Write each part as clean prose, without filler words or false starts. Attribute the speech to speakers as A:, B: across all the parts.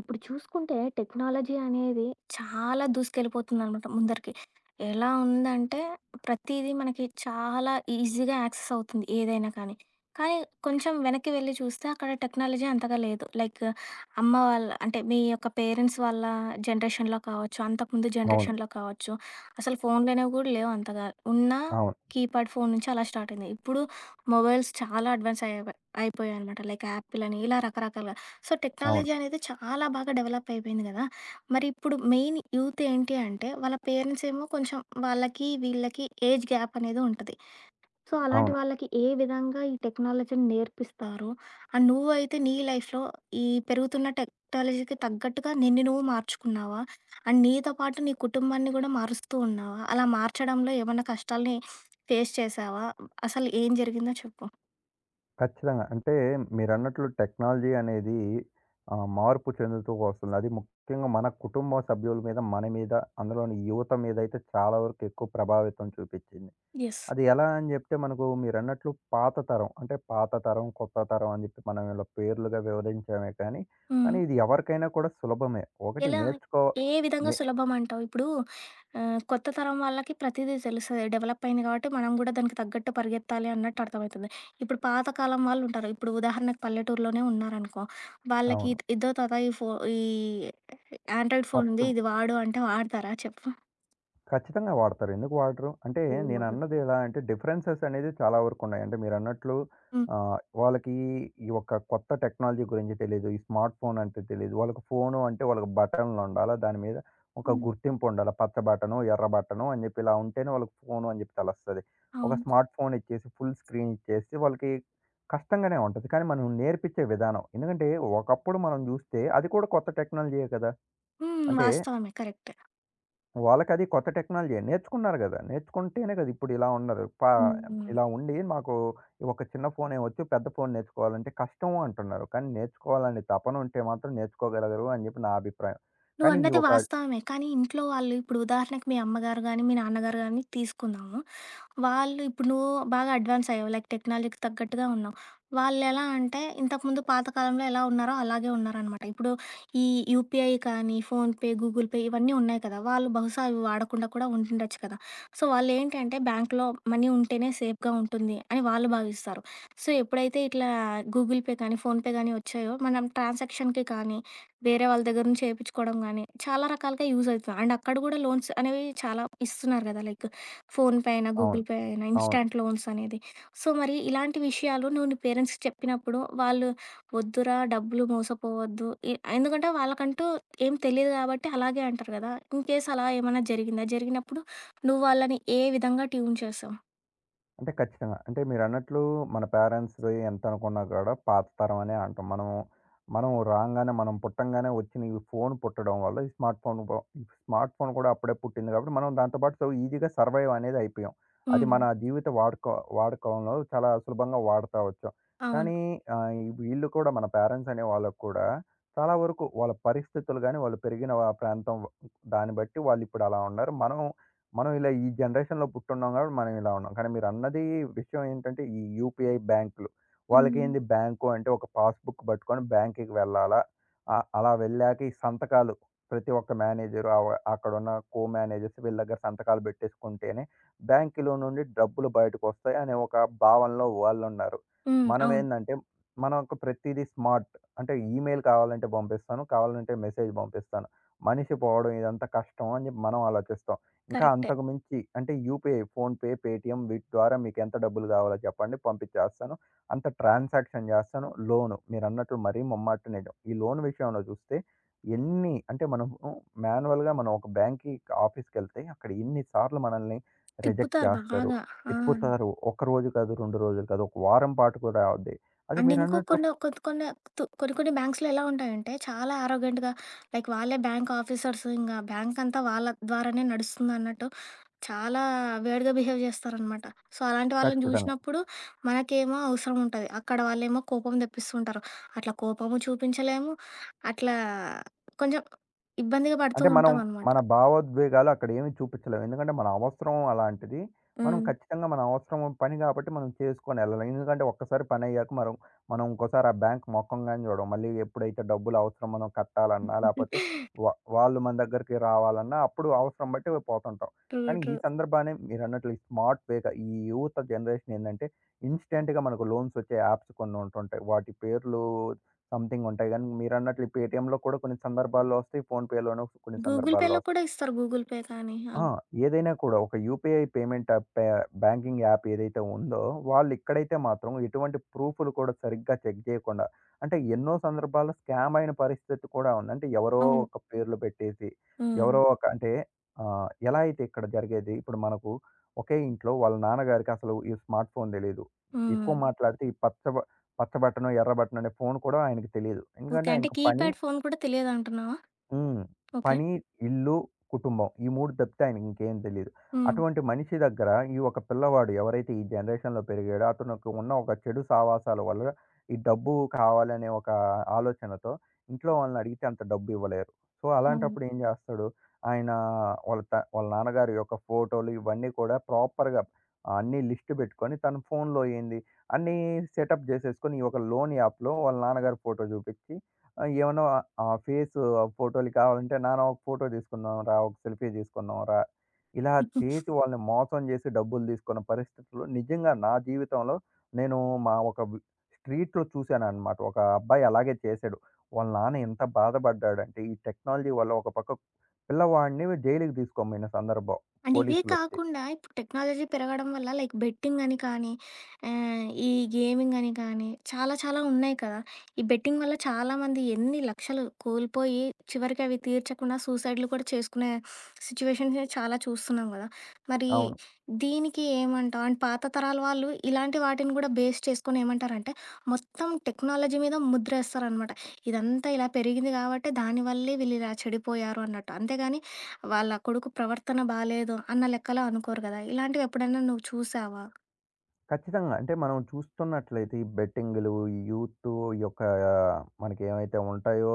A: ఇప్పుడు చూసుకుంటే టెక్నాలజీ అనేది చాలా దూసుకెళ్ళిపోతుందనమాట ముందరికి. ఎలా ఉందంటే ప్రతీదీ మనకి చాలా ఈజీగా యాక్సెస్ అవుతుంది ఏదైనా కానీ. కానీ కొంచెం వెనక్కి వెళ్లి చూస్తే అక్కడ టెక్నాలజీ అంతగా లేదు. లైక్ అమ్మ వాళ్ళ అంటే మీ యొక్క పేరెంట్స్ వాళ్ళ జనరేషన్‌లో కావచ్చు, అంతకుముందు
B: అవును.
A: జనరేషన్‌లో కావచ్చు, అసలు ఫోన్‌లనేవి గూడా లేవు అంతగా. ఉన్న
B: అవును.
A: కీప్యాడ్ ఫోన్ నుంచి అలా స్టార్ట్ అయింది. ఇప్పుడు మొబైల్స్ చాలా అడ్వాన్స్ అయ్యాయి అయిపోయాయనమాట. లైక్ యాపిల్ అని ఇలా రకరకాలుగా. సో,
B: అవును.
A: టెక్నాలజీ అనేది చాలా బాగా డెవలప్ అయిపోయింది గదా! మరి ఇప్పుడు మెయిన్ యూత్ ఏంటి అంటే, వాళ్ళ పేరెంట్స్ ఏమో కొంచెం వాళ్ళకి, వీళ్ళకి ఏజ్ గ్యాప్ అనేది ఉంటది. సో, అలాంటి
B: అవును.
A: వాళ్ళకి ఏ విధంగా ఈ టెక్నాలజీని నేర్పిస్తారు? అండ్ నువ్వైతే నీ లైఫ్‌లో ఈ పెరుగుతున్న టెక్నాలజీకి తగ్గట్టుగా నిన్ను నువ్వు మార్చుకున్నావా? అండ్ నీతో పాటు నీ కుటుంబాన్ని గూడా మారుస్తూ ఉన్నావా? అలా మార్చడంలో ఏమన్నా కష్టాల్ని ఫేస్ చేశావా? అసలు ఏం జరిగిందో చెప్పు?
B: ఖచ్చితంగా. అంటే మీరన్నట్లు టెక్నాలజీ అనేది మార్పు చెందుతూ వస్తుంది. అది ముఖ్యంగా మన కుటుంబ సభ్యుల మీద, మన మీద, అందులోని యువత మీద అయితే చాలా వరకు ఎక్కువ ప్రభావితం చూపిచ్చింది.
A: యెస్.
B: అది ఎలా అని జెప్తే మనకు మీరన్నట్లు పాత తరం అంటే పాత తరం, కొత్త తరం అని జెప్పి మనం ఇలా పేర్లుగా వివరించామే కానీ,
A: హ్మ్.
B: కానీ ఇది ఎవరికైనా కూడా సులభమే. ఒకటి
A: ఎలా?
B: నేర్చుకో
A: ఏ విధంగా
B: నే
A: సులభమంటావు? ఇప్పుడు కొత్త తరం వాళ్ళకి ప్రతీదీ తెలుస్తది. డెవలప్ అయింది కాబట్టి మనం గూడా దానికి తగ్గట్టు పరిగెత్తాలి అన్నట్టు అర్థమైతుంది. ఇప్పుడు పాత కాలం వాళ్ళుంటారు. ఇప్పుడు ఉదాహరణకు పల్లెటూరులోనే ఉన్నారనుకో, వాళ్ళకి
B: అవును.
A: ఇద్దో తాత ఈ ఆండ్రాయిడ్ ఫోన్ ఉంది.
B: పచ్చం
A: ఇది వాడు అంటే వాడతారా చెప్పు?
B: ఖచ్చితంగా వాడతారు. ఎందుకు వాడరు? అంటే నేనన్నది
A: ఏమవ్వదు.
B: ఎలా అంటే డిఫరెన్సెస్ అనేది చాలా వరకున్నాయి. అంటే మీరన్నట్లు
A: హ్మ్.
B: వాళ్ళకి ఈ యొక్క కొత్త టెక్నాలజీ గురించి తెలీదు. ఈ స్మార్ట్ ఫోన్ అంటే తెలీదు. వాళ్ళకి ఫోను అంటే వాళ్ళకి బటన్లుండాలా, దాని మీద ఒక
A: హ్మ్.
B: గుర్తింపుండాలా. పచ్చ బటను, ఎర్ర బటను అని జెప్పి ఇలా ఉంటేనే వాళ్ళకి ఫోను అని జెప్పి తెలుస్తది. ఒక
A: అవును.
B: స్మార్ట్ ఫోన్ ఇచ్చేసి ఫుల్ స్క్రీన్ ఇచ్చేస్తే వాళ్ళకి కష్టంగానే ఉంటది. కానీ మనం నేర్పించే విధానం ఎందుకంటే ఒకప్పుడు మనం జూస్తే అది కూడా కొత్త టెక్నాలజీయే కదా!
A: హ్మ్.
B: అంటే
A: వాస్తవమే. కరెక్టే.
B: వాళ్ళకది కొత్త టెక్నాలజీయే. నేర్చుకున్నారు గదా! నేర్చుకుంటేనే గదా! ఇప్పుడు ఇలా ఉండరు.
A: హ్మ్.
B: ఇలా ఉండి మాకు ఒక చిన్న ఫోనే వచ్చు, పెద్ద ఫోన్ నేర్చుకోవాలంటే కష్టం అంటున్నారు. కానీ నేర్చుకోవాలనే తపన ఉంటే మాత్రం నేర్చుకోగలరు అని జెప్పి నా అభిప్రాయం. కానీ ఈ
A: నువ్వన్నది
B: ఒక
A: వాస్తవమే. కానీ ఇంట్లో వాళ్ళు ఇప్పుడు ఉదాహరణకి మీ అమ్మగారు గాని, మీ నాన్నగారు గాని తీసుకుందాము. వాళ్ళు ఇప్పుడు నువ్వు బాగా అడ్వాన్స్ అయ్యావు. లైక్ టెక్నాలజీకి తగ్గట్టుగా ఉన్నావు. వాళ్ళెలా అంటే ఇంతకుముందు పాత కాలంలో ఎలా ఉన్నారో అలాగే ఉన్నారనమాట. ఇప్పుడు ఈ యూపీఐ కానీ, ఫోన్‌పే, గూగుల్ పే ఇవన్నీ ఉన్నాయి కదా! వాళ్ళు బహుశా అవి వాడకుండా కూడా ఉంటుండొచ్చు కదా! సో, వాళ్ళేంటంటే బ్యాంక్‌లో మనీ ఉంటేనే సేఫ్‌గా ఉంటుంది అని వాళ్ళు భావిస్తారు. సో, ఎప్పుడైతే ఇట్లా గూగుల్ పే కానీ, ఫోన్‌పే కానీ వచ్చాయో మనం ట్రాన్సాక్షన్‌కి కానీ, వేరే వాళ్ళ దగ్గర నుంచి చేపిచ్చుకోవడం గానీ, చాలా రకాలుగా యూజ్ అవుతుంది. అండ్ అక్కడ గూడా లోన్స్ అనేవి చాలా ఇస్తున్నారు గదా! లైక్ ఫోన్‌పే అయినా, గూగుల్
B: అవును.
A: పే అయినా,
B: అవును.
A: ఇన్‌స్టాంట్ లోన్స్ అనేది. సో, మరి ఇలాంటి విషయాలు నువ్వు నీ పేరెంట్స్‌కి చెప్పినప్పుడు వాళ్ళు వద్దురా డబ్బులు మోసపోవద్దు. ఎందుకంటే వాళ్ళకంటూ ఏం తెలీదు గాబట్టి అలాగే అంటారు గదా! ఇన్ కేస్ అలా ఏమన్నా జరిగిందా? జరిగినప్పుడు నువ్వు వాళ్ళని ఏ విధంగా ట్యూన్ చేసావు?
B: అంటే ఖచ్చితంగా. అంటే మీరన్నట్లు మన పేరెంట్స్‌ది ఎంతనుకున్నా కూడా పాత తరం అనే అంటాం. మనం రాంగానే మనం పుట్టంగానే వచ్చిన ఈ ఫోన్ పుట్టడం వల్ల ఈ స్మార్ట్ ఫోన్ స్మార్ట్ ఫోన్ కూడా అప్పుడే పుట్టింది కాబట్టి మనం దాంతో పాటు సో ఈజీగా సర్వైవ్ అనేది అయిపోయాం. అది
A: హ్మ్.
B: మన జీవిత వాడకంలో చాలా సులభంగా వాడతా వచ్చాం.
A: అవును.
B: కానీ వీళ్ళు కూడా మన పేరెంట్స్ అనే వాళ్ళకి కూడా చాలా వరకు వాళ్ళ పరిస్థితులు గాని, వాళ్ళు పెరిగిన ప్రాంతం దాన్ని బట్టి వాళ్ళు ఇప్పుడు అలా ఉన్నారు. మనం మనం ఇలా ఈ జనరేషన్‌లో పుట్టున్నాం కాబట్టి మనం ఇలా ఉన్నాం. కానీ మీరన్నది విషయం ఏంటంటే ఈ యూపీఐ బ్యాంకులు.
A: హ్మ్.
B: వాళ్ళకేంది బ్యాంకు అంటే ఒక పాస్‌బుక్ పట్టుకొని బ్యాంక్‌కి వెళ్ళాలా? అలా వెళ్ళాక ఈ సంతకాలు ప్రతి ఒక్క మేనేజరు అవ అక్కడున్న మేనేజర్స్ వీళ్ళ దగ్గర సంతకాలు పెట్టేసుకుంటేనే బ్యాంకులో నుండి డబ్బులు బయటకొస్తాయి అనే ఒక భావనలో వాళ్ళున్నారు.
A: హ్మ్. అవును.
B: మనమేందంటే మన యొక్క ప్రతీదీ స్మార్ట్. అంటే ఈమెయిల్ కావాలంటే పంపిస్తాను. కావాలంటే మెసేజ్ పంపిస్తాను. మనిషి పోవడం ఇదంతా కష్టం అని చెప్పి మనం ఆలోచిస్తాం. ఇంకా
A: కరెక్టే.
B: అంతకు మించి అంటే యూపీఐ, ఫోన్‌పే, పేటీఎం వీటి ద్వారా మీకెంత డబ్బులు కావాలో చెప్పండి పంపించేస్తాను. అంత ట్రాన్సాక్షన్ చేస్తాను. లోను మీరన్నట్టు మరీ ముమ్మాటికి నిజం. ఈ లోన్ విషయంలో చూస్తే ఎన్ని అంటే మనము మాన్యువల్‌గా మనం ఒక బ్యాంక్‌కి ఆఫీస్‌కెళ్తే అక్కడ ఎన్ని సార్లు మనల్ని రిజెక్ట్
A: తిప్పుతారు
B: చేస్తారు.
A: బాగా. ఆ!
B: తిప్పుతారు. ఒక రోజు కాదు, 2 రోజులు కాదు, ఒక వారం పాటు కూడా అవుద్ది. అదే
A: అండ్ ఇంకో
B: మీరన్నట్లు
A: కొన్ని కొన్ని కొన్ని తు- కొన్ని కొన్ని బ్యాంక్స్లో ఎలా ఉంటాయంటే చాలా ఆరోగ్యంగా, లైక్ వాళ్ళే బ్యాంక్ ఆఫీసర్స్ ఇంకా బ్యాంక్ అంతా వాళ్ళ ద్వారానే నడుస్తుంది అన్నట్టు చాలా వేడిగా బిహేవ్ చేస్తారనమాట. సో, అలాంటి వాళ్ళని
B: ఖచ్చితంగా.
A: చూసినప్పుడు మనకేమో అవసరం ఉంటుంది, అక్కడ వాళ్ళేమో కోపం తెప్పిస్తుంటారు. అట్లా కోపము చూపించలేము, అట్లా కొంచెం ఇబ్బందిగా పడుతూ
B: అంటే మనం
A: ఉంటాం అనమాట.
B: మన భావోద్వేగాలు అక్కడ ఏమి చూపించలేం. ఎందుకంటే మన అవసరం అలాంటిది. మనం ఖచ్చితంగా మన అవసరం పని కాబట్టి మనం చేసుకొని ఎళ్ళలేం. ఎందుకంటే ఒక్కసారి పనయ్యాక మనం మనం ఇంకోసారి ఆ బ్యాంక్ మొఖం గాని చూడం. మళ్ళీ ఎప్పుడైతే డబ్బులు అవసరం మనం కట్టాలన్నా లేపోతే వాళ్ళు మన దగ్గరికి రావాలన్నా అప్పుడు అవసరం బట్టి పోతుంటాం.
A: ట్రూ,
B: కానీ
A: ట్రూ.
B: ఈ సందర్భాన్ని మీరన్నట్లు ఈ స్మార్ట్ వేగా ఈ యూత్ జనరేషన్ ఏందంటే ఇన్‌స్టాంట్‌గా మనకు లోన్స్ వచ్చే యాప్స్ కొన్ని ఉంటుంటాయి. వాటి పేర్లు సంథింగుంటాయి. గానీ మీరన్నట్లు ఈ పేటీఎంలో కూడా కొన్ని సందర్భాల్లో వస్తాయి. ఫోన్‌పేలోను కొన్ని
A: గూగుల్
B: సందర్భాల్లో
A: పేలో కూడా
B: వస్తాయి.
A: ఇస్తారు గూగుల్ పే కానీ
B: ఆ!
A: అలా.
B: ఏదైనా కూడా ఒక UPI payment app pay banking app ఏదైతే ఉందో, వాళ్ళు ఇక్కడైతే మాత్రం ఎటువంటి ప్రూఫ్‌లు కూడా సరిగ్గా చెక్ చేయకుండా, అంటే ఎన్నో సందర్భాల్లో స్కామ్ అయిన పరిస్థితి కూడా ఉంది. అంటే ఎవరో
A: అవును.
B: ఒక పేర్లు పెట్టేసి,
A: ఉమ్.
B: ఎవరో ఒక అంటే ఎలా అయితే ఇక్కడ జరిగేది, ఇప్పుడు మనకు ఒకే ఇంట్లో వాళ్ళ నాన్నగారికి అసలు ఈ స్మార్ట్ ఫోన్ తెలీదు.
A: ఉమ్.
B: ఎక్కువ మాట్లాడితే ఈ పచ్చ బటనో, ఎర్ర బటనో అనే ఫోన్ కూడా ఆయనకి తెలీదు.
A: ఓకే.
B: ఎందుకంటే
A: అంటే
B: ఆయనకు పని
A: కీప్యాడ్ ఫోను కూడా తెలియదంటున్నావా?
B: హ్మ్.
A: ఓకే.
B: పని, ఇల్లు, కుటుంబం. ఈ 3 తప్పితే ఆయనకింకేం తెలీదు.
A: హ్మ్.
B: అటువంటి మనిషి దగ్గర ఈ ఒక పిల్లవాడు ఎవరైతే ఈ జనరేషన్‌లో పెరిగాడో అతనికి ఉన్న ఒక చెడు సావాసాల వల్ల ఈ డబ్బు కావాలనే ఒక ఆలోచనతో ఇంట్లో వాళ్ళని అడిగితే అంత డబ్బు ఇవ్వలేరు. సో,
A: అవును.
B: అలాంటప్పుడు ఏం జేస్తాడు? ఆయన వాళ్ళ నాన్నగారి యొక్క ఫోటోలు ఇవన్నీ కూడా ప్రాపర్‌గా అన్నీ లిస్ట్ పెట్టుకొని తన ఫోన్‌లో ఏంది అన్నీ సెటప్ జేసేసుకొని ఈ ఒక లోన్ యాప్‌లో వాళ్ళ నాన్నగారి ఫోటో జూపిచ్చి ఆ! ఏమన్నా ఆ ఫేసు ఆ ఫోటోలు కావాలంటే, "నాన్న ఒక ఫోటో తీసుకుందాం రా, ఒక సెల్ఫీ తీసుకుందాం రా" ఇలా చేసి వాళ్ళని మోసం చేసి డబ్బులు తీసుకున్న పరిస్థితులు నిజంగా నా జీవితంలో నేను మా ఒక వి స్ట్రీట్‌లో చూశాననమాట. ఒక అబ్బాయి అలాగే చేశాడు. వాళ్ళ నాన్న ఎంత బాధపడ్డాడంటే, ఈ టెక్నాలజీ వల్ల ఒక పక్క పిల్లవాడిని జైలుకి తీసుకోపోయిన సందర్భం
A: అండ్ ఇవే
B: పోలీసులొచ్చి.
A: కాకుండా ఇప్పుడు టెక్నాలజీ పెరగడం వల్ల లైక్ బెట్టింగ్ అని కానీ, ఈ గేమింగ్ అని కానీ చాలా చాలా ఉన్నాయి కదా! ఈ బెట్టింగ్ వల్ల చాలామంది ఎన్ని లక్షలు కోల్పోయి చివరికి అవి తీర్చకుండా సూసైడ్‌లు కూడా చేసుకునే సిట్యుయేషన్స్ చాలా చూస్తున్నాం కదా! మరి
B: అవును.
A: దీనికి ఏమంటావు? అండ్ పాత తరాల వాళ్ళు ఇలాంటి వాటిని కూడా బేస్ చేసుకొని ఏమంటారంటే, మొత్తం టెక్నాలజీ మీద ముద్రేస్తారనమాట. ఇదంతా ఇలా పెరిగింది కాబట్టే దానివల్లే వీళ్ళు ఇలా చెడిపోయారు అన్నట్టు. అంతేగాని వాళ్ళ కొడుకు ప్రవర్తన బాలేదు అన్న లెక్కలో అనుకోరు గదా! ఇలాంటివెప్పుడైనా నువ్వు చూసావా?
B: ఖచ్చితంగా. అంటే మనం చూస్తున్నట్లయితే ఈ బెట్టింగులు, ఈ యూత్ యొక్క మనకి ఏవైతే ఉంటాయో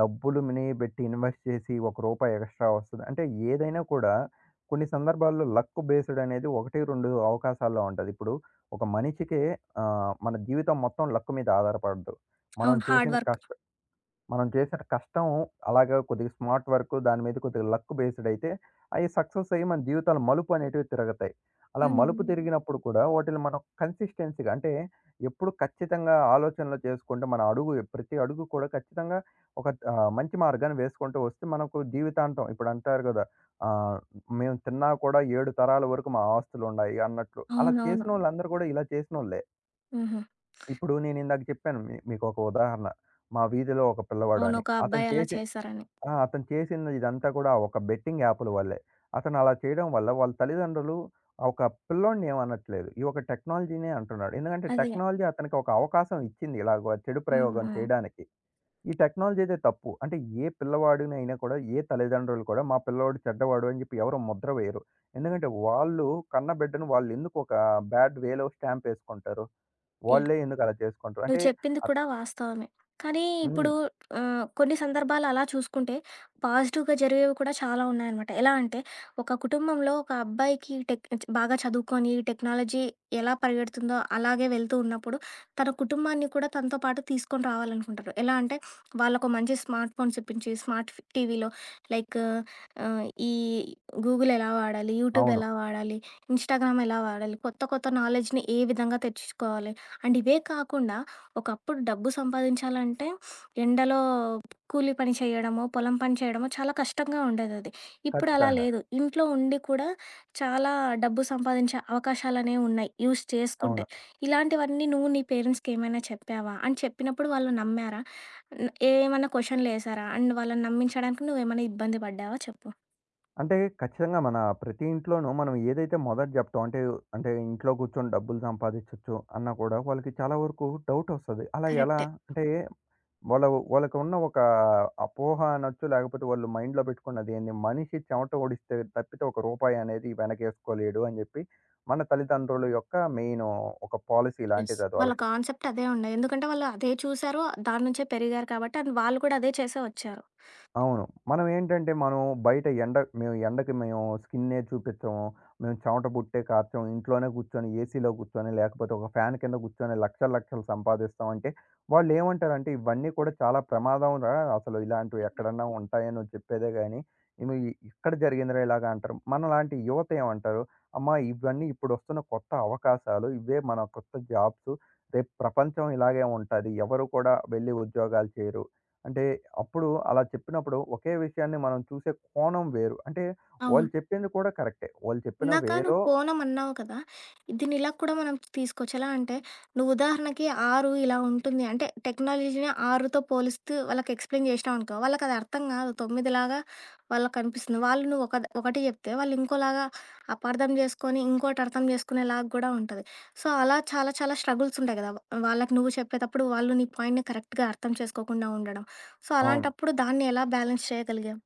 B: డబ్బులు మిని బెట్టి ఇన్వెస్ట్ చేసి రూ. 1 ఎక్స్ట్రా వస్తది. అంటే ఏదైనా కూడా కొన్ని సందర్భాల్లో లక్ బేస్డ్ అనేది 1, 2 అవకాశాల్లో ఉంటది. ఇప్పుడు ఒక మనిషికే మన జీవితం మొత్తం లక్ మీద ఆధారపడదు. మనం
A: అవును. హార్డ్
B: చేసిన
A: వర్క్.
B: కష్ మనం చేసిన కష్టం అలాగా కొద్దిగా స్మార్ట్ వర్క్ దాని మీద కొద్దిగా లక్ బేస్డ్ అయితే అవి సక్సెస్ అయ్యి మన జీవితాలు మలుపు అనేటివి తిరుగుతాయి. అలా మలుపు
A: హ్మ్.
B: తిరిగినప్పుడు కూడా వాటిని మనం కన్సిస్టెన్సీగా అంటే ఎప్పుడు ఖచ్చితంగా ఆలోచనలు చేసుకుంటే మన అడుగు ప్రతి అడుగు కూడా ఖచ్చితంగా ఒక మంచి మార్గాన్ని వేసుకుంటూ వస్తే మనకు జీవితాంతం ఇప్పుడు అంటారు కదా! ఆహ్, మేము తిన్నా కూడా 7 తరాల వరకు మా ఆస్తులుండాయి అన్నట్లు. అలా
A: అవునవును.
B: చేసినోళ్ళందరూ కూడా ఇలా చేసినోళ్ళే.
A: హుహు.
B: ఇప్పుడు నేనిందాక చెప్పాను మీకొక ఉదాహరణ. మా వీధిలో ఒక పిల్లవాడు
A: అవును.
B: అని.
A: ఒక
B: అతను
A: అబ్బాయి అలా
B: చేసి
A: చేశారని.
B: ఆ! అతను చేసింది ఇదంతా కూడా ఒక బెట్టింగ్ యాపుల వల్లే. అతను అలా చేయడం వల్ల వాళ్ళ తల్లిదండ్రులు ఆ ఒక పిల్లోడిని ఏమనట్లేదు. ఈ ఒక టెక్నాలజీనే అంటున్నాడు. ఎందుకంటే
A: అదే.
B: టెక్నాలజీ అతనికి ఒక అవకాశం ఇచ్చింది ఇలాగ చెడు
A: హ్మ్.
B: ప్రయోగం
A: హ్మ్.
B: చేయడానికి. ఈ టెక్నాలజీదే తప్పు. అంటే ఏ పిల్లవాడినైనా కూడా ఏ తల్లిదండ్రులు కూడా మా పిల్లోడు చెడ్డవాడు అని చెప్పి ఎవరు ముద్ర వేయరు. ఎందుకంటే వాళ్ళు కన్న బిడ్డను వాళ్ళెందుకు ఒక బ్యాడ్ వేలో స్టాంపేసుకుంటారు?
A: యాహ్!
B: వాళ్ళే ఎందుకు అలా చేసుకుంటారు?
A: నువ్వు
B: అంటే
A: చెప్పింది
B: అత్
A: కూడా వాస్తవమే. కానీ ఇప్పుడు
B: హ్మ్.
A: కొన్ని సందర్భాలు అలా చూసుకుంటే పాజిటివ్‌గా జరిగేవి కూడా చాలా ఉన్నాయనమాట. ఎలా అంటే ఒక కుటుంబంలో ఒక అబ్బాయికి బాగా చదువుకొని టెక్నాలజీ ఎలా పరిగెడుతుందో అలాగే వెళ్తూ ఉన్నప్పుడు తన కుటుంబాన్ని కూడా తనతో పాటు తీసుకొని రావాలనుకుంటారు. ఎలా అంటే వాళ్ళకు మంచి స్మార్ట్ ఫోన్స్ ఇప్పించి స్మార్ట్ ఫ్ టీవీలో లైక్ ఆహ్, ఈ గూగుల్ ఎలా వాడాలి? యూట్యూబ్
B: అవును.
A: ఎలా వాడాలి? ఇన్‌స్టాగ్రామ్ ఎలా వాడాలి? కొత్త కొత్త నాలెడ్జ్‌ని ఏ విధంగా తెచ్చుకోవాలి? అండ్ ఇవే కాకుండా ఒకప్పుడు డబ్బు సంపాదించాలంటే ఎండలో కూలి పని చేయడమో, పొలం పని చేయడమో చాలా కష్టంగా ఉండేదది. ఇప్పుడు అలా
B: ఖచ్చితంగా.
A: లేదు. ఇంట్లో ఉండి కూడా చాలా డబ్బు సంపాదించే అవకాశాలనేవి ఉన్నాయి యూజ్ చేసుకుంటే.
B: అవును.
A: ఇలాంటివన్నీ నువ్వు నీ పేరెంట్స్‌కి ఏమైనా చెప్పావా? అండ్ చెప్పినప్పుడు వాళ్ళు నమ్మారా? ఏమన్నా క్వెషన్‌లేసారా? అండ్ వాళ్ళని నమ్మించడానికి నువ్వేమైనా ఇబ్బంది పడ్డావా చెప్పు?
B: అంటే ఖచ్చితంగా మన ప్రతి ఇంట్లోనూ మనం ఏదైతే మొదట జెప్తాం అంటే, అంటే ఇంట్లో కూర్చొని డబ్బులు సంపాదించొచ్చు అన్నా కూడా వాళ్ళకి చాలా వరకు డౌటొస్తది. అలా ఎలా?
A: కరెక్టే.
B: అంటే వాళ్ళ వాళ్ళకి ఉన్న ఒక అపోహ అనొచ్చు, లేకపోతే వాళ్ళు మైండ్‌లో పెట్టుకున్నది ఏంది? మనిషి చెమట ఓడిస్తే తప్పితే ఒక రూపాయి అనేది వెనకేసుకోలేడు అని జెప్పి మన తల్లిదండ్రుల యొక్క మెయిన్ ఒక పాలిసీ
A: యెస్.
B: లాంటిదది
A: వాళ్ళ
B: వాళ్ళకి.
A: కాన్సెప్ట్ అదే ఉండే. ఎందుకంటే వాళ్ళు అదే చూసారు. దాని నుంచే పెరిగారు కాబట్టి, అండ్ వాళ్ళు కూడా అదే చేసే వచ్చారు.
B: అవును. మనం ఏంటంటే, మనం బయట ఎండ మేము ఎండకి మేము స్కిన్నే చూపించము. మేము చెమట బుట్టే కార్చం. ఇంట్లోనే కూర్చొని, ఏసీలో కూర్చొని, లేకపోతే ఒక ఫ్యాన్ కింద కూర్చొని లక్షలు, లక్షలు సంపాదిస్తామంటే, వాళ్ళేమంటారంటే, ఇవన్నీ కూడా చాలా ప్రమాదంరా అసలు ఇలాంటివి ఎక్కడన్నా ఉంటాయనో చెప్పేదే గానీ, ఇవి ఇక్కడ జరిగిందిరా ఇలాగ అంటారు. మనలాంటి యువత ఏమంటారు, అమ్మా! ఇవన్నీ ఇప్పుడొస్తున్న కొత్త అవకాశాలు. ఇవే మన కొత్త జాబ్స్. రేపు ప్రపంచం ఇలాగే ఉంటది. ఎవరు కూడా వెళ్లి ఉద్యోగాలు చేయరు. అంటే అప్పుడు అలా చెప్పినప్పుడు ఒకే విషయాన్ని మనం చూసే కోణం వేరు. అంటే
A: అవును.
B: వాళ్ళు చెప్పింది కూడా కరెక్టే. వాళ్ళు చెప్పిన
A: ఇందాక నువ్వు
B: వేలో
A: పోనం అన్నావు కదా! దీన్ని ఇలా కూడా మనం తీసుకోవచ్చు. ఎలా అంటే, నువ్వు ఉదాహరణకి 6 ఇలా ఉంటుంది అంటే, టెక్నాలజీని 6తో పోలిస్తూ వాళ్ళకి ఎక్స్‌ప్లెయిన్ చేసినావనుకో, వాళ్ళకది అర్థం కాదు. 9లాగా వాళ్ళకనిపిస్తుంది. వాళ్ళు నువ్వు ఒకటి చెప్తే, వాళ్ళు ఇంకోలాగా అపార్థం చేసుకొని, ఇంకోటి అర్థం చేసుకునేలాగా కూడా ఉంటది. సో, అలా చాలా చాలా స్ట్రగుల్స్ ఉంటాయి కదా! వాళ్ళకి నువ్వు చెప్పేటప్పుడు, వాళ్ళు నీ పాయింట్‌ని కరెక్ట్‌గా అర్థం చేసుకోకుండా ఉండడం. సో,
B: అవును.
A: అలాంటప్పుడు దాన్ని ఎలా బ్యాలెన్స్ చేయగలిగావు?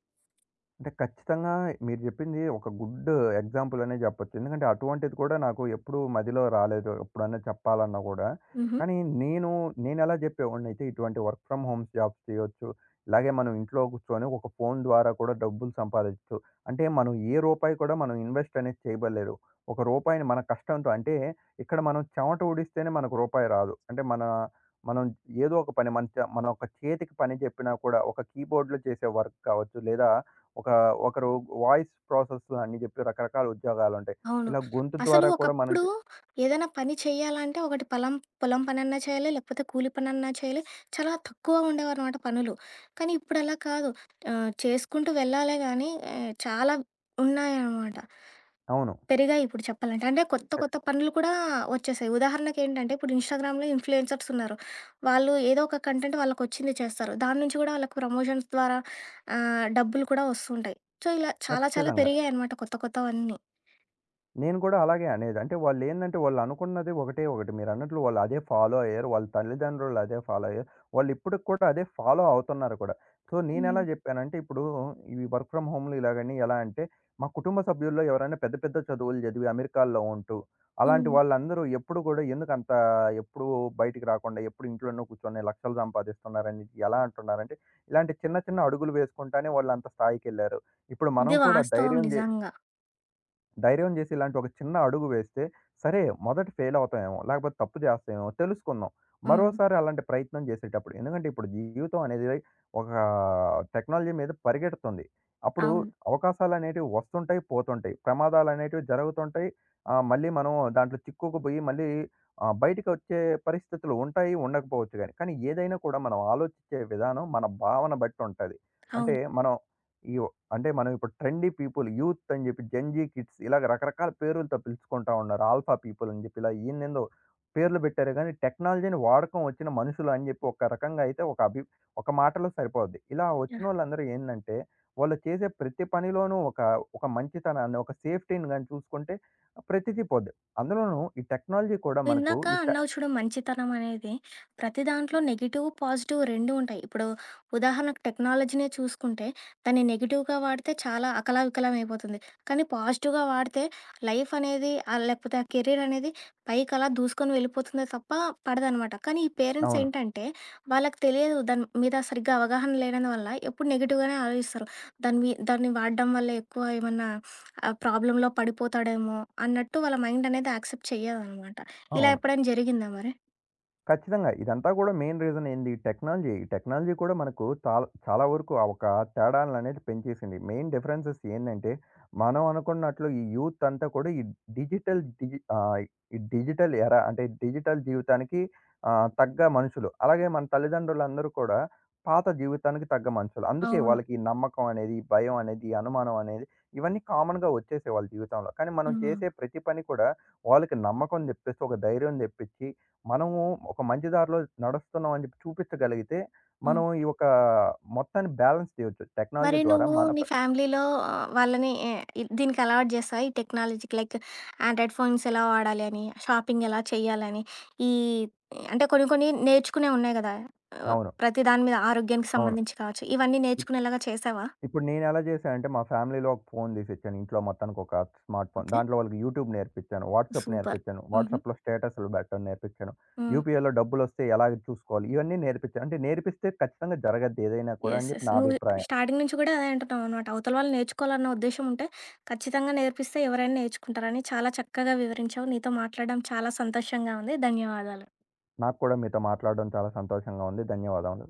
B: అంటే ఖచ్చితంగా మీరు జెప్పింది ఒక గుడ్ ఎగ్జాంపుల్ అనే జెప్పొచ్చు. ఎందుకంటే అటువంటిది కూడా నాకు ఎప్పుడూ మదిలో రాలేదు. ఎప్పుడన్నా చెప్పాలన్నా గూడా.
A: హుహు.
B: కానీ నేను నేనెలా జెప్పేవాడినయితే ఇటువంటి వర్క్ ఫ్రమ్ హోమ్స్ జాబ్స్ చేయొచ్చు. ఇలాగే మనం ఇంట్లో కూర్చొని ఒక ఫోను ద్వారా కూడా డబ్బులు సంపాదించొచ్చు. అంటే మనం ఏ రూపాయి కూడా మనం ఇన్వెస్ట్ అనేది చేయబడలేదు. ఒక రూపాయిని మన కష్టంతో అంటే ఇక్కడ మనం చెమట ఊడిస్తేనే మనకు రూపాయి రాదు. అంటే మన మనం ఏదో ఒక పని మన ఒక చేతికి పని జెప్పినా కూడా ఒక కీబోర్డ్‌లో చేసే వర్క్ కావచ్చు. లేదా ఒక ఒకరు వాయిస్ ప్రాసెస్ అని చెప్పి రకరకాల ఉద్యోగాలుంటాయి.
A: అవును.
B: ఇలా గొంతు
A: అసలు
B: ద్వారా కూడా మనం
A: ఒకప్పుడు ఏదైనా పని చేయాలంటే ఒకటి పొలం పొలం పనన్నా చేయాలి, లేకపోతే కూలి పనన్నా చేయాలి. చాలా తక్కువ ఉండేవనమాట పనులు. కానీ ఇప్పుడలా కాదు. చేసుకుంటూ వెళ్ళాలే గానీ చాలా ఉన్నాయనమాట.
B: అవును.
A: పెరిగాయి ఇప్పుడు చెప్పాలంటే. అంటే కొత్త
B: ఖ
A: కొత్త పనులు కూడా వచ్చేసాయి. ఉదాహరణకేంటంటే ఇప్పుడు ఇన్‌స్టాగ్రామ్‌లో ఇన్‌ఫ్లుయెన్సర్స్ ఉన్నారు. వాళ్ళు ఏదో ఒక కంటెంట్ వాళ్ళకొచ్చింది చేస్తారు. దాని నుంచి గూడా వాళ్ళకి ప్రమోషన్స్ ద్వారా డబ్బులు కూడా వస్తుంటాయి. సో, ఇలా చాలా చాలా
B: ఖచ్చితంగా.
A: పెరిగాయనమాట కొత్త కొత్తవన్నీ.
B: నేను కూడా అలాగే అనేది. అంటే వాళ్ళేందంటే వాళ్ళనుకున్నది ఒకటే ఒకటి. మీరన్నట్లు వాళ్ళు అదే ఫాలో అయ్యారు. వాళ్ళ తల్లిదండ్రులు అదే ఫాలో అయ్యారు. వాళ్ళిప్పటికి కూడా అదే ఫాలో అవుతున్నారు కూడా. సో, నేనెలా
A: హ్మ్.
B: జెప్పానంటే ఇప్పుడు ఈ వర్క్ ఫ్రమ్ హోమ్‌లు ఇలాగని ఎలా అంటే, మా కుటుంబ సభ్యుల్లో ఎవరైనా పెద్ద పెద్ద చదువులు జదివి అమెరికాల్లో ఉంటూ,
A: హ్మ్.
B: అలాంటి వాళ్ళందరూ ఎప్పుడు గూడా ఎందుకంత ఎప్పుడూ బయటికి రాకుండా, ఎప్పుడు ఇంట్లోనే కూర్చొని లక్షలు సంపాదిస్తున్నారని ఎలా అంటున్నారంటే, ఇలాంటి చిన్న చిన్న అడుగులు వేసుకుంటానే వాళ్ళంత స్థాయికెళ్లారు. ఇప్పుడు మనం
A: ఇది
B: కూడా
A: వాస్తవం నిజంగా.
B: ధైర్యం జేసి ఇలాంటి ఒక చిన్న అడుగు వేస్తే, సరే మొదట ఫెయిల్ అవుతామేమో, లేకపోతే తప్పు జేస్తామేమో తెలుసుకుందాం.
A: హ్మ్.
B: మరోసారి అలాంటి ప్రయత్నం జేసేటప్పుడు ఎందుకంటే ఇప్పుడు జీవితం అనేది ఒక టెక్నాలజీ మీద పరిగెడుతుంది. అప్పుడు
A: అవును.
B: అవకాశాలనేటివి వస్తుంటాయి, పోతుంటాయి. ప్రమాదాలనేటివి జరుగుతుంటాయి. మళ్ళీ మనం దాంట్లో చిక్కుకుపోయి మళ్ళీ బయటికొచ్చే పరిస్థితులు ఉంటాయి, ఉండకపోవచ్చు గాని. కానీ ఏదైనా కూడా మనం ఆలోచించే విధానం మన భావన బట్టి ఉంటది. అంటే
A: అవును.
B: మనం ఈ అంటే మనం ఇప్పుడు ట్రెండీ పీపుల్, యూత్ అని జెప్పి, జెన్‌జీ కిడ్స్ ఇలాగ రకరకాల పేర్లతో పిలుచుకుంటా ఉన్నారు. ఆల్ఫా పీపుల్ అని జెప్పి ఇలా ఏందేందో పేర్లు బెట్టారే గానీ, టెక్నాలజీని వాడకం వచ్చిన మనుషులు అని జెప్పి ఒక రకంగా అయితే ఒక మాటలో సరిపోద్ది. ఇలా
A: ఆ!
B: వచ్చినోళ్ళందరూ ఏందంటే, వాళ్ళు చేసే ప్రతి పనిలోనూ ఒక మంచితనాన్ని, ఒక సేఫ్టీని గాని చూసుకుంటే ప్రతిదీ పోద్ది. అందులోనూ ఈ టెక్నాలజీ కూడా
A: నువ్వు
B: మనకు
A: ఇందాక
B: ఈ
A: అన్నావు చూడు మంచితనం అనేది. ప్రతి దాంట్లో నెగెటివ్, పాజిటివ్ 2 ఉంటాయి. ఇప్పుడు ఉదాహరణకు టెక్నాలజీనే చూసుకుంటే దాన్ని నెగెటివ్‌గా వాడితే చాలా అకలావికలం అయిపోతుంది. కానీ పాజిటివ్‌గా వాడితే లైఫ్ అనేది లేకపోతే ఆ కెరీర్ అనేది పైకలా దూసుకొని వెళ్ళిపోతుందే తప్ప పడదనమాట. కానీ ఈ పేరెంట్స్
B: అవును.
A: ఏంటంటే వాళ్ళకి తెలియదు, దాని మీద సరిగ్గా అవగాహన లేనందు వల్ల ఎప్పుడు నెగెటివ్‌గానే ఆలోచిస్తారు. దాని మీ దాన్ని వాడడం వల్ల ఎక్కువ ఏమన్నా ప్రాబ్లమ్‌లో పడిపోతాడేమో అన్నట్టు వాళ్ళ మైండ్ అనేది యాక్సెప్ట్ చెయ్యదనమాట. ఇలా
B: అవును.
A: ఎప్పుడైనా జరిగిందా మరి?
B: ఖచ్చితంగా. ఇదంతా గూడా మెయిన్ రీజన్ ఏంది? టెక్నాలజీ. ఈ టెక్నాలజీ కూడా మనకు చాలా వరకు ఆ ఒక తేడాలనేది పెంచేసింది. మెయిన్ డిఫరెన్సెస్ ఏందంటే, మనం అనుకున్నట్లు ఈ యూత్ అంతా కూడా ఈ డిజిటల్ డిజి ఆహ్, ఈ డిజిటల్ ఎరా అంటే డిజిటల్ జీవితానికి తగ్గ మనుషులు. అలాగే మన తల్లిదండ్రులందరూ కూడా పాత జీవితానికి తగ్గ మనుషులు. అందుకే
A: అవును.
B: వాళ్ళకి ఈ నమ్మకం అనేది, ఈ భయం అనేది, ఈ అనుమానం అనేది ఇవన్నీ కామన్‌గా వచ్చేసాయి వాళ్ళ జీవితంలో. కానీ మనం
A: హ్మ్.
B: చేసే ప్రతి పని కూడా వాళ్ళకి నమ్మకం తెప్పిస్తూ, ఒక ధైర్యం తెప్పించి మనము ఒక మంచి దారిలో నడుస్తున్నాం అని చెప్పి చూపించగలిగితే,
A: హ్మ్.
B: మనం ఈ యొక్క మొత్తాన్ని బ్యాలెన్స్ చేయొచ్చు.
A: మరి
B: టెక్నాలజీ ద్వారా
A: నువ్వు
B: మన
A: నీ
B: ప
A: ఫ్యామిలీలో వాళ్ళని దీనికి అలవాటు చేస్తావా? ఈ టెక్నాలజీకి లైక్ ఆండ్రాయిడ్ ఫోన్స్ ఎలా వాడాలి అని, షాపింగ్ ఎలా చేయాలని, ఈ అంటే కొన్ని కొన్ని నేర్చుకునేవి ఉన్నాయి గదా!
B: అవును.
A: ప్రతి దాని మీద ఆరోగ్యానికి
B: అవును.
A: సంబంధించి కావచ్చు. ఇవన్నీ
B: ఇప్
A: నేర్చుకునేలాగా చేసావా?
B: ఇప్పుడు నేనెలా చేశా అంటే మా ఫ్యామిలీలో ఒక ఫోను తీసిచ్చాను. ఇంట్లో మొత్తానికి ఒక స్మార్ట్ ఫోను.
A: ఓకే.
B: దాంట్లో వాళ్ళకి యూట్యూబ్ నేర్పించాను. WhatsApp
A: super.
B: నేర్పించాను.
A: హుహు.
B: వాట్సాప్‌లో స్టేటస్‌లు పెట్టడం నేర్పించాను.
A: హ్మ్.
B: యూపీఐలో డబ్బులొస్తే ఎలాగ చూసుకోవాలి ఇవన్నీ నేర్పించాను. అంటే నేర్పిస్తే ఖచ్చితంగా జరగద్ది ఏదైనా కూడా
A: యెస్,
B: అని
A: యెస్.
B: చెప్పి నా
A: నువ్వు
B: అభిప్రాయం.
A: స్టార్టింగ్ నుంచి గూడా అదే అంటున్నావనమాట. అవతల వాళ్ళు నేర్చుకోవాలన్న ఉద్దేశ్యం ఉంటే, ఖచ్చితంగా నేర్పిస్తే ఎవరైనా నేర్చుకుంటారని చాలా చక్కగా వివరించావు. నీతో మాట్లాడడం చాలా సంతోషంగా ఉంది. ధన్యవాదాలు.
B: నాకు కూడా మీతో మాట్లాడడం చాలా సంతోషంగా ఉంది. ధన్యవాదములు.